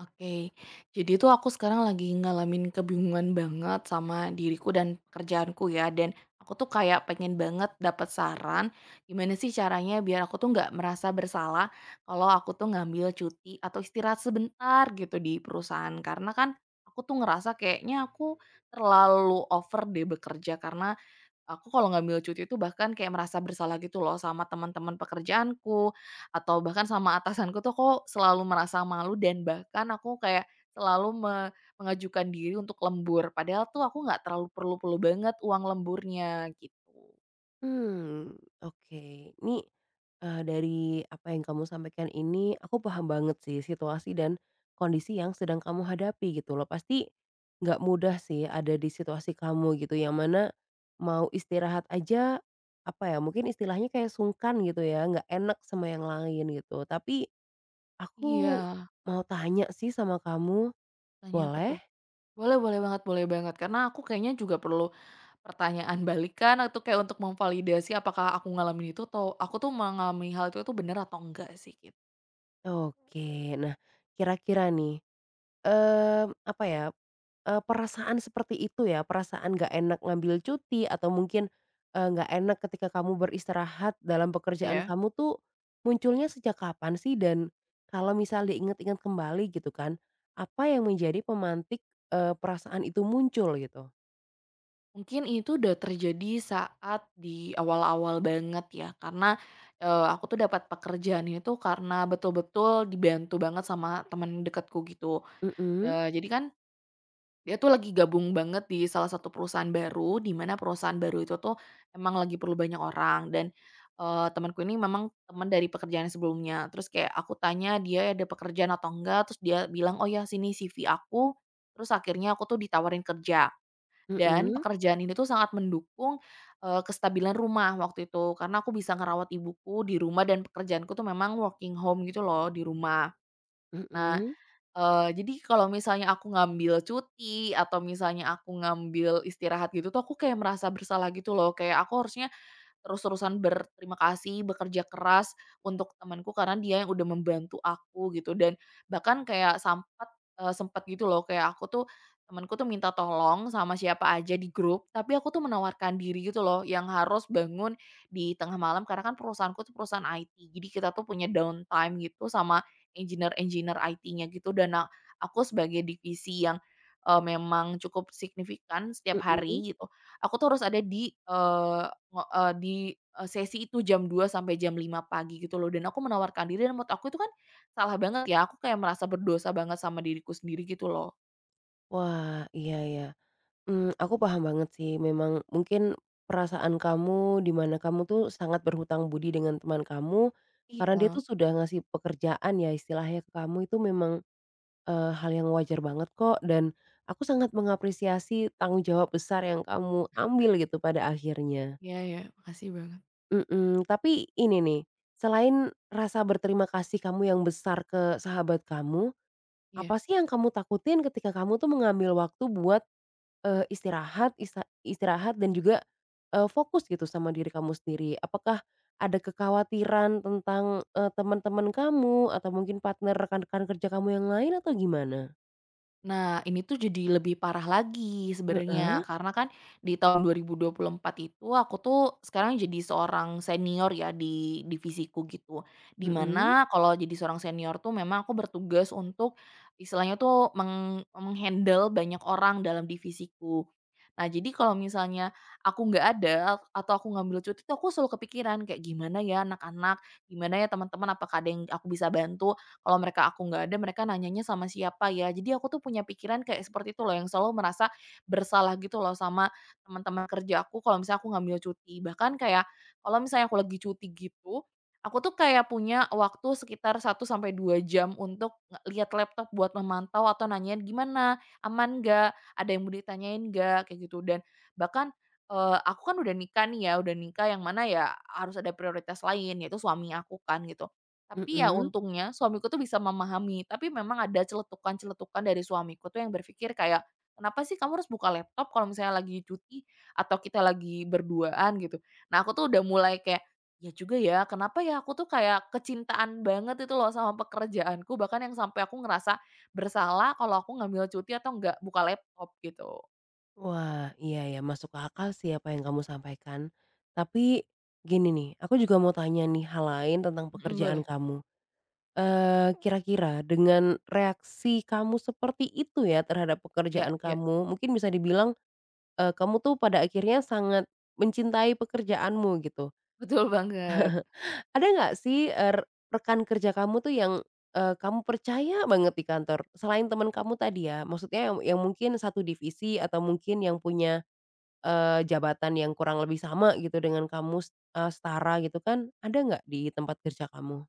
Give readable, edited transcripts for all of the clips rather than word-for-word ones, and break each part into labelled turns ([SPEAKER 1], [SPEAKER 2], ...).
[SPEAKER 1] Oke, jadi tuh aku sekarang lagi ngalamin kebingungan banget sama diriku dan pekerjaanku ya, dan aku tuh kayak pengen banget dapat saran gimana sih caranya biar aku tuh nggak merasa bersalah kalau aku tuh ngambil cuti atau istirahat sebentar gitu di perusahaan. Karena kan aku tuh ngerasa kayaknya aku terlalu over deh bekerja karena aku kalau ngambil cuti itu bahkan kayak merasa bersalah gitu loh sama teman-teman pekerjaanku, atau bahkan sama atasanku tuh aku selalu merasa malu dan bahkan aku kayak selalu mengajukan diri untuk lembur, padahal tuh aku nggak terlalu perlu-perlu banget uang lemburnya, gitu.
[SPEAKER 2] Hmm, oke. Ini, dari apa yang kamu sampaikan ini, aku paham banget sih situasi dan kondisi yang sedang kamu hadapi gitu loh. Pasti nggak mudah sih ada di situasi kamu gitu, yang mana mau istirahat aja, apa ya, mungkin istilahnya kayak sungkan gitu ya, nggak enak sama yang lain gitu. Tapi aku
[SPEAKER 1] Iya,
[SPEAKER 2] mau tanya sih sama kamu,
[SPEAKER 1] tanya apa
[SPEAKER 2] boleh?
[SPEAKER 1] tuh? Boleh, boleh banget, boleh banget, karena aku kayaknya juga perlu pertanyaan balikan atau kayak untuk memvalidasi apakah aku ngalamin itu atau aku tuh mengalami hal itu tuh bener atau enggak sih, gitu.
[SPEAKER 2] Oke. Nah, kira-kira nih, Mmm, apa ya, perasaan seperti itu ya, perasaan nggak enak ngambil cuti atau mungkin, nggak enak ketika kamu beristirahat dalam pekerjaan
[SPEAKER 1] Iya.
[SPEAKER 2] kamu tuh, munculnya sejak kapan sih? Dan kalau misal diingat-ingat kembali gitu kan, apa yang menjadi pemantik, perasaan itu muncul gitu?
[SPEAKER 1] Mungkin itu udah terjadi saat di awal-awal banget ya, karena, aku tuh dapat pekerjaan itu karena betul-betul dibantu banget sama teman dekatku gitu.
[SPEAKER 2] Mhm,
[SPEAKER 1] Jadi kan dia tuh lagi gabung banget di salah satu perusahaan baru, di mana perusahaan baru itu tuh emang lagi perlu banyak orang dan, temanku ini memang teman dari pekerjaan sebelumnya. Terus kayak aku tanya dia ada pekerjaan atau enggak, terus dia bilang, "Oh ya sini CV aku," terus akhirnya aku tuh ditawarin kerja. Dan
[SPEAKER 2] mhm,
[SPEAKER 1] pekerjaan ini tuh sangat mendukung, kestabilan rumah waktu itu, karena aku bisa ngerawat ibuku di rumah dan pekerjaanku tuh memang working home gitu loh, di rumah.
[SPEAKER 2] mhm,
[SPEAKER 1] Nah,
[SPEAKER 2] mhm.
[SPEAKER 1] jadi kalau misalnya aku ngambil cuti atau misalnya aku ngambil istirahat gitu tuh, aku kayak merasa bersalah gitu loh, kayak aku harusnya terus-terusan berterima kasih, bekerja keras untuk temanku karena dia yang udah membantu aku gitu dan bahkan kayak sempet gitu loh kayak aku tuh temanku tuh minta tolong sama siapa aja di grup, tapi aku tuh menawarkan diri gitu loh yang harus bangun di tengah malam karena kan perusahaanku tuh perusahaan IT. Jadi kita tuh punya downtime gitu sama engineer-engineer IT-nya gitu dan aku sebagai divisi yang, memang cukup signifikan setiap
[SPEAKER 2] Mhm.
[SPEAKER 1] hari gitu, aku tuh harus ada di, eee, di, sesi itu jam 2 sampai jam 5 pagi gitu loh dan aku menawarkan diri dan menurut aku itu kan salah banget ya, aku kayak merasa berdosa banget sama diriku sendiri gitu loh.
[SPEAKER 2] Wah, iya, iya. Mmm, aku paham banget sih memang mungkin perasaan kamu, di mana kamu tuh sangat berhutang budi dengan teman kamu, karena dia
[SPEAKER 1] Iya.
[SPEAKER 2] tuh sudah ngasih pekerjaan ya istilahnya ke kamu itu memang, hal yang wajar banget kok, dan aku sangat mengapresiasi tanggung jawab besar yang kamu ambil gitu pada akhirnya.
[SPEAKER 1] Iya iya, makasih banget.
[SPEAKER 2] Mhm, tapi ini nih, selain rasa berterima kasih kamu yang besar ke sahabat kamu, apa
[SPEAKER 1] Iya.
[SPEAKER 2] sih yang kamu takutin ketika kamu tuh mengambil waktu buat istirahat istirahat dan juga, fokus gitu sama diri kamu sendiri. Apakah ada kekhawatiran tentang, teman-teman kamu atau mungkin partner rekan-rekan kerja kamu yang lain atau gimana?
[SPEAKER 1] Nah, ini tuh jadi lebih parah lagi
[SPEAKER 2] Heeh,
[SPEAKER 1] sebenarnya, karena kan di tahun 2024 itu aku tuh sekarang jadi seorang senior ya di divisiku gitu.
[SPEAKER 2] mhm,
[SPEAKER 1] Dimana kalau jadi seorang senior tuh memang aku bertugas untuk istilahnya tuh meng meng banyak orang dalam divisiku. Nah, jadi kalau misalnya aku nggak ada atau aku ngambil cuti tuh aku selalu kepikiran kayak gimana ya anak-anak, gimana ya teman-teman, apakah ada yang aku bisa bantu kalau mereka aku nggak ada, mereka nanyanya sama siapa ya? Jadi aku tuh punya pikiran kayak seperti itu loh, yang selalu merasa bersalah gitu loh sama teman-teman kerja aku kalau misalnya aku ngambil cuti. Bahkan kayak kalau misalnya aku lagi cuti gitu, aku tuh kayak punya waktu sekitar 1 sampai 2 jam untuk lihat laptop buat memantau atau nanyain gimana, aman nggak, ada yang mau ditanyain nggak, kayak gitu. Dan bahkan, aku kan udah nikah nih ya, udah nikah yang mana ya harus ada prioritas lain, yaitu suami aku kan gitu. Tapi ya
[SPEAKER 2] mhm.
[SPEAKER 1] untungnya suamiku tuh bisa memahami, tapi memang ada celetukan-celetukan dari suamiku tuh yang berpikir kayak, "Kenapa sih kamu harus buka laptop kalau misalnya lagi cuti atau kita lagi berduaan?" Gitu. Nah, aku tuh udah mulai kayak, "Ya juga ya, kenapa ya aku tuh kayak kecintaan banget itu loh sama pekerjaanku, bahkan yang sampai aku ngerasa bersalah kalau aku ngambil cuti atau nggak buka laptop," gitu.
[SPEAKER 2] Wah, iya ya, masuk ke akal sih apa yang kamu sampaikan. Tapi gini nih, aku juga mau tanya nih hal lain tentang
[SPEAKER 1] Mhm,
[SPEAKER 2] pekerjaan
[SPEAKER 1] boleh.
[SPEAKER 2] kamu. Kira-kira dengan reaksi kamu seperti itu ya terhadap
[SPEAKER 1] Ya
[SPEAKER 2] pekerjaan
[SPEAKER 1] ya,
[SPEAKER 2] kamu, mungkin bisa dibilang kamu tuh pada akhirnya sangat mencintai pekerjaanmu gitu.
[SPEAKER 1] betul banget.
[SPEAKER 2] Ada nggak sih, rekan kerja kamu tuh yang, kamu percaya banget di kantor? Selain teman kamu tadi ya, maksudnya yang mungkin satu divisi atau mungkin yang punya, jabatan yang kurang lebih sama gitu dengan kamu, setara gitu kan, ada nggak di tempat kerja kamu?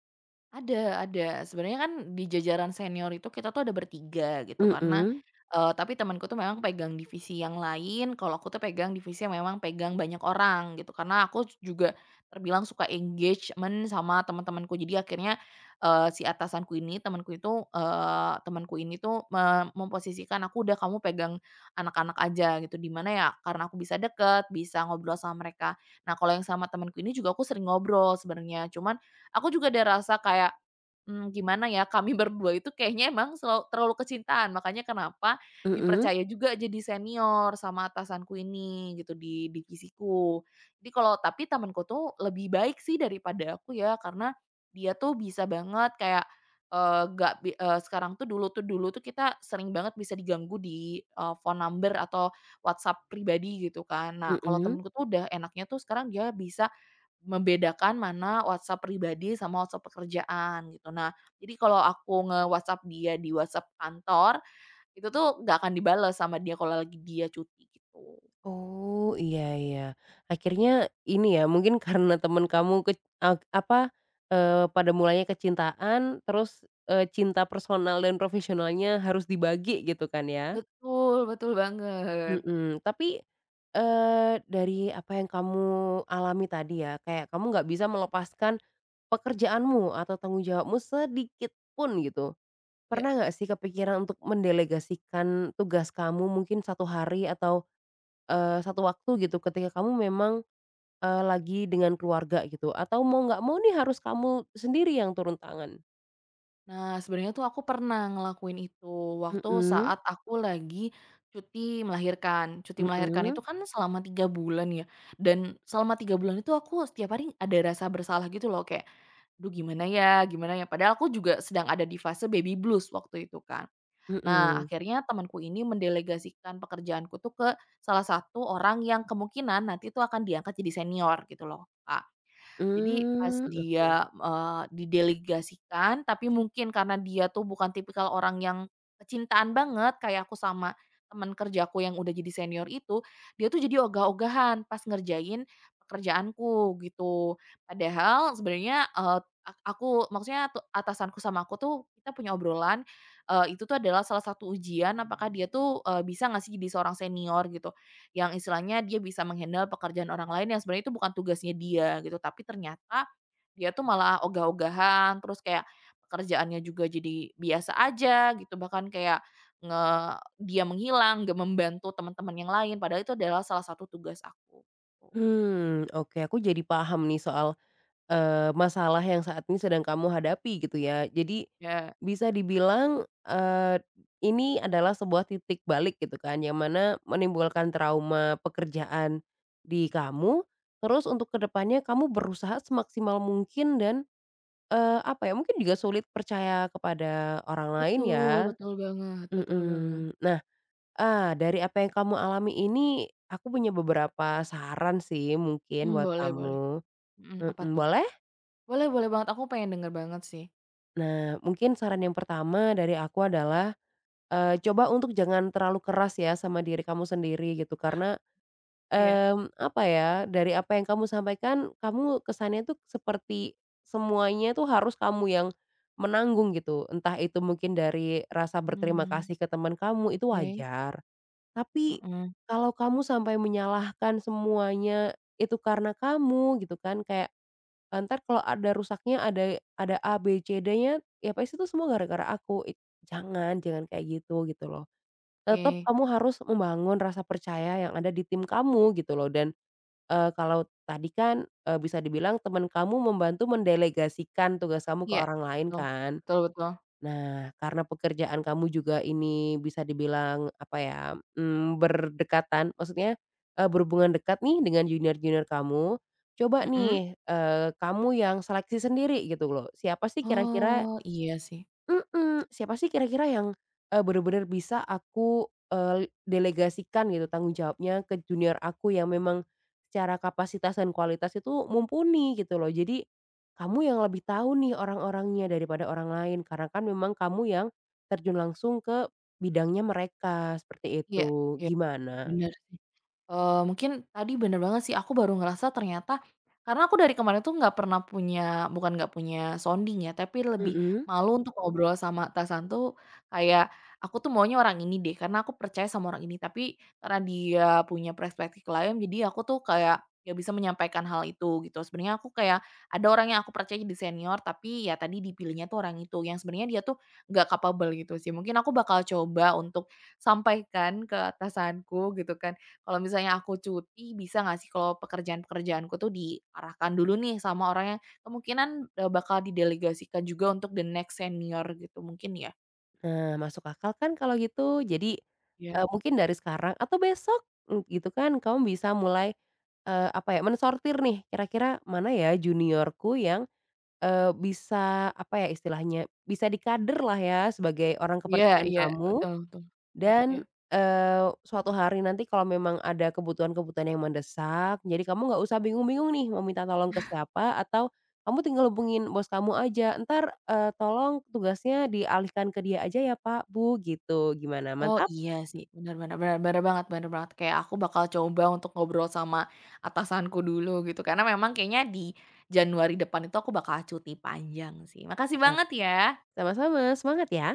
[SPEAKER 1] Ada ada. Sebenarnya kan di jajaran senior itu kita tuh ada bertiga gitu karena,
[SPEAKER 2] Mhm,
[SPEAKER 1] tapi temanku tuh memang pegang divisi yang lain, kalau aku tuh pegang divisi yang memang pegang banyak orang gitu. Karena aku juga terbilang suka engagement sama teman-temanku. Jadi akhirnya, si atasanku ini, temanku itu, temanku ini tuh memposisikan aku, "Udah kamu pegang anak-anak aja," gitu. Di mana ya karena aku bisa deket, bisa ngobrol sama mereka. Nah, kalau yang sama temanku ini juga aku sering ngobrol sebenarnya, cuman aku juga ada rasa kayak, gimana ya, kami berdua itu kayaknya emang selalu terlalu kecintaan, makanya kenapa
[SPEAKER 2] mhm,
[SPEAKER 1] dipercaya juga jadi senior sama atasanku ini gitu di divisiku. Jadi kalau tapi temanku tuh lebih baik sih daripada aku ya, karena dia tuh bisa banget kayak, eee, nggak bi eee, sekarang tuh dulu tuh kita sering banget bisa diganggu di, phone number atau WhatsApp pribadi gitu kan. Nah, kalau
[SPEAKER 2] mhm.
[SPEAKER 1] temenku tuh udah enaknya tuh sekarang dia bisa membedakan mana WhatsApp pribadi sama WhatsApp pekerjaan gitu. Nah, jadi kalau aku nge-WhatsApp dia di WhatsApp kantor, itu tuh nggak akan dibales sama dia kalau lagi dia cuti gitu.
[SPEAKER 2] Oh, iya, iya. Akhirnya ini ya, mungkin karena teman kamu ke ak apa, eee, pada mulanya kecintaan, terus, cinta personal dan profesionalnya harus dibagi gitu kan ya?
[SPEAKER 1] Betul, betul banget.
[SPEAKER 2] Mhm, tapi, dari apa yang kamu alami tadi ya, kayak kamu nggak bisa melepaskan pekerjaanmu atau tanggung jawabmu sedikit pun gitu.
[SPEAKER 1] Ya.
[SPEAKER 2] Pernah nggak sih kepikiran untuk mendelegasikan tugas kamu mungkin satu hari atau, 1 waktu gitu ketika kamu memang lagi dengan keluarga gitu atau mau nggak mau nih harus kamu sendiri yang turun tangan?
[SPEAKER 1] Nah, sebenarnya tuh aku pernah ngelakuin itu waktu
[SPEAKER 2] Mhm,
[SPEAKER 1] saat aku lagi cuti melahirkan. Cuti melahirkan
[SPEAKER 2] mhm,
[SPEAKER 1] itu kan selama 3 bulan ya, dan selama 3 bulan itu aku setiap hari ada rasa bersalah gitu loh kayak duh gimana ya, padahal aku juga sedang ada di fase baby blues waktu itu kan. Nah
[SPEAKER 2] mhm.
[SPEAKER 1] akhirnya temanku ini mendelegasikan pekerjaanku tuh ke salah satu orang yang kemungkinan nanti tuh akan diangkat jadi senior gitu loh, Kak. Jadi pas
[SPEAKER 2] Mmm, oke.
[SPEAKER 1] dia, didelegasikan, tapi mungkin karena dia tuh bukan tipikal orang yang kecintaan banget kayak aku sama teman kerjaku yang udah jadi senior itu, dia tuh jadi ogah-ogahan pas ngerjain pekerjaanku gitu. Padahal sebenarnya, eee, ak aku maksudnya tu atasanku sama aku tuh kita punya obrolan, itu tuh adalah salah satu ujian apakah dia tuh, bisa nggak sih jadi seorang senior gitu. Yang istilahnya dia bisa menghandle pekerjaan orang lain yang sebenarnya itu bukan tugasnya dia gitu, tapi ternyata dia tuh malah ogah-ogahan, terus kayak pekerjaannya juga jadi biasa aja gitu, bahkan kayak nge dia menghilang, gak membantu teman-teman yang lain, padahal itu adalah salah satu tugas aku, gitu.
[SPEAKER 2] Mmm, oke, aku jadi paham nih soal, masalah yang saat ini sedang kamu hadapi gitu ya. Jadi
[SPEAKER 1] Ya
[SPEAKER 2] bisa dibilang, eee, ini adalah sebuah titik balik gitu kan yang mana menimbulkan trauma pekerjaan di kamu, terus untuk ke depannya kamu berusaha semaksimal mungkin dan apa ya, mungkin juga sulit percaya kepada orang lain
[SPEAKER 1] betul,
[SPEAKER 2] ya,
[SPEAKER 1] betul banget, betul banget.
[SPEAKER 2] mhm. Nah, ah, dari apa yang kamu alami ini, aku punya beberapa saran sih mungkin
[SPEAKER 1] Mmm,
[SPEAKER 2] buat
[SPEAKER 1] boleh boleh.
[SPEAKER 2] kamu,
[SPEAKER 1] Mhm, apa
[SPEAKER 2] mhm,
[SPEAKER 1] tuh?
[SPEAKER 2] boleh?
[SPEAKER 1] Boleh, boleh banget, aku pengen denger banget sih.
[SPEAKER 2] Nah, mungkin saran yang pertama dari aku adalah, coba untuk jangan terlalu keras ya sama diri kamu sendiri gitu, karena
[SPEAKER 1] Iya.
[SPEAKER 2] Mmm, apa ya, dari apa yang kamu sampaikan, kamu kesannya tuh seperti semuanya tuh harus kamu yang menanggung gitu. Entah itu mungkin dari rasa berterima
[SPEAKER 1] Mmm,
[SPEAKER 2] kasih ke teman kamu, itu
[SPEAKER 1] oke.
[SPEAKER 2] wajar. Tapi
[SPEAKER 1] Heeh,
[SPEAKER 2] kalau kamu sampai menyalahkan semuanya itu karena kamu gitu kan, kayak, "Entar kalau ada rusaknya ada A, B, C, D-nya, ya pasti itu semua gara-gara aku." Jangan jangan kayak gitu, gitu loh. Tetap
[SPEAKER 1] oke.
[SPEAKER 2] kamu harus membangun rasa percaya yang ada di tim kamu gitu loh dan kalau tadi kan, bisa dibilang teman kamu membantu mendelegasikan tugas kamu ke
[SPEAKER 1] Iya,
[SPEAKER 2] orang lain
[SPEAKER 1] betul.
[SPEAKER 2] kan.
[SPEAKER 1] Betul betul.
[SPEAKER 2] Nah, karena pekerjaan kamu juga ini bisa dibilang apa ya, mmm, berdekatan, maksudnya, berhubungan dekat nih dengan junior-junior kamu, coba
[SPEAKER 1] Mhm.
[SPEAKER 2] nih, kamu yang seleksi sendiri gitu loh, siapa sih kira-kira
[SPEAKER 1] Oh, iya sih.
[SPEAKER 2] Mhm, siapa sih kira-kira yang, bener-bener bisa aku, delegasikan gitu tanggung jawabnya ke junior aku yang memang secara kapasitas dan kualitas itu mumpuni gitu loh. Jadi, kamu yang lebih tahu nih orang-orangnya daripada orang lain karena kan memang kamu yang terjun langsung ke bidangnya mereka, seperti
[SPEAKER 1] Iya
[SPEAKER 2] itu.
[SPEAKER 1] iya,
[SPEAKER 2] Gimana?
[SPEAKER 1] bener. Mungkin tadi bener banget sih, aku baru ngerasa ternyata karena aku dari kemarin tuh nggak pernah punya bukan nggak punya sounding ya, tapi lebih
[SPEAKER 2] Mhm.
[SPEAKER 1] malu untuk ngobrol sama atasan tuh kayak, aku tuh maunya orang ini deh, karena aku percaya sama orang ini. Tapi karena dia punya perspektif lain, jadi aku tuh kayak nggak bisa menyampaikan hal itu gitu. Sebenarnya aku kayak ada orang yang aku percaya jadi senior, tapi ya tadi dipilihnya tuh orang itu, yang sebenarnya dia tuh nggak capable gitu sih. Mungkin aku bakal coba untuk sampaikan ke atasanku gitu kan. Kalau misalnya aku cuti, bisa nggak sih kalau pekerjaan-pekerjaanku tuh diarahkan dulu nih sama orang yang kemungkinan, bakal didelegasikan juga untuk the next senior gitu mungkin ya?
[SPEAKER 2] Nah, masuk akal kan kalau gitu. Jadi,
[SPEAKER 1] Iya.
[SPEAKER 2] mungkin dari sekarang atau besok, mmm, gitu kan, kamu bisa mulai, apa ya, mensortir nih, kira-kira mana ya juniorku yang, bisa, apa ya istilahnya, bisa dikader lah ya sebagai orang
[SPEAKER 1] Iya
[SPEAKER 2] kepercayaan
[SPEAKER 1] iya,
[SPEAKER 2] kamu.
[SPEAKER 1] betul betul. Iya iya.
[SPEAKER 2] Dan, suatu hari nanti kalau memang ada kebutuhan-kebutuhan yang mendesak, jadi kamu nggak usah bingung-bingung nih mau minta tolong ke siapa atau kamu tinggal hubungin bos kamu aja, Ntar tolong tugasnya dialihkan ke dia aja ya Pak, Bu," gitu. Gimana,
[SPEAKER 1] Oh
[SPEAKER 2] mantap?
[SPEAKER 1] iya sih, benar-benar, benar-benar banget, benar banget. Kayak aku bakal coba untuk ngobrol sama atasanku dulu gitu, karena memang kayaknya di Januari depan itu aku bakal cuti panjang sih. Makasih
[SPEAKER 2] Heeh.
[SPEAKER 1] banget ya.
[SPEAKER 2] Sama-sama, semangat ya.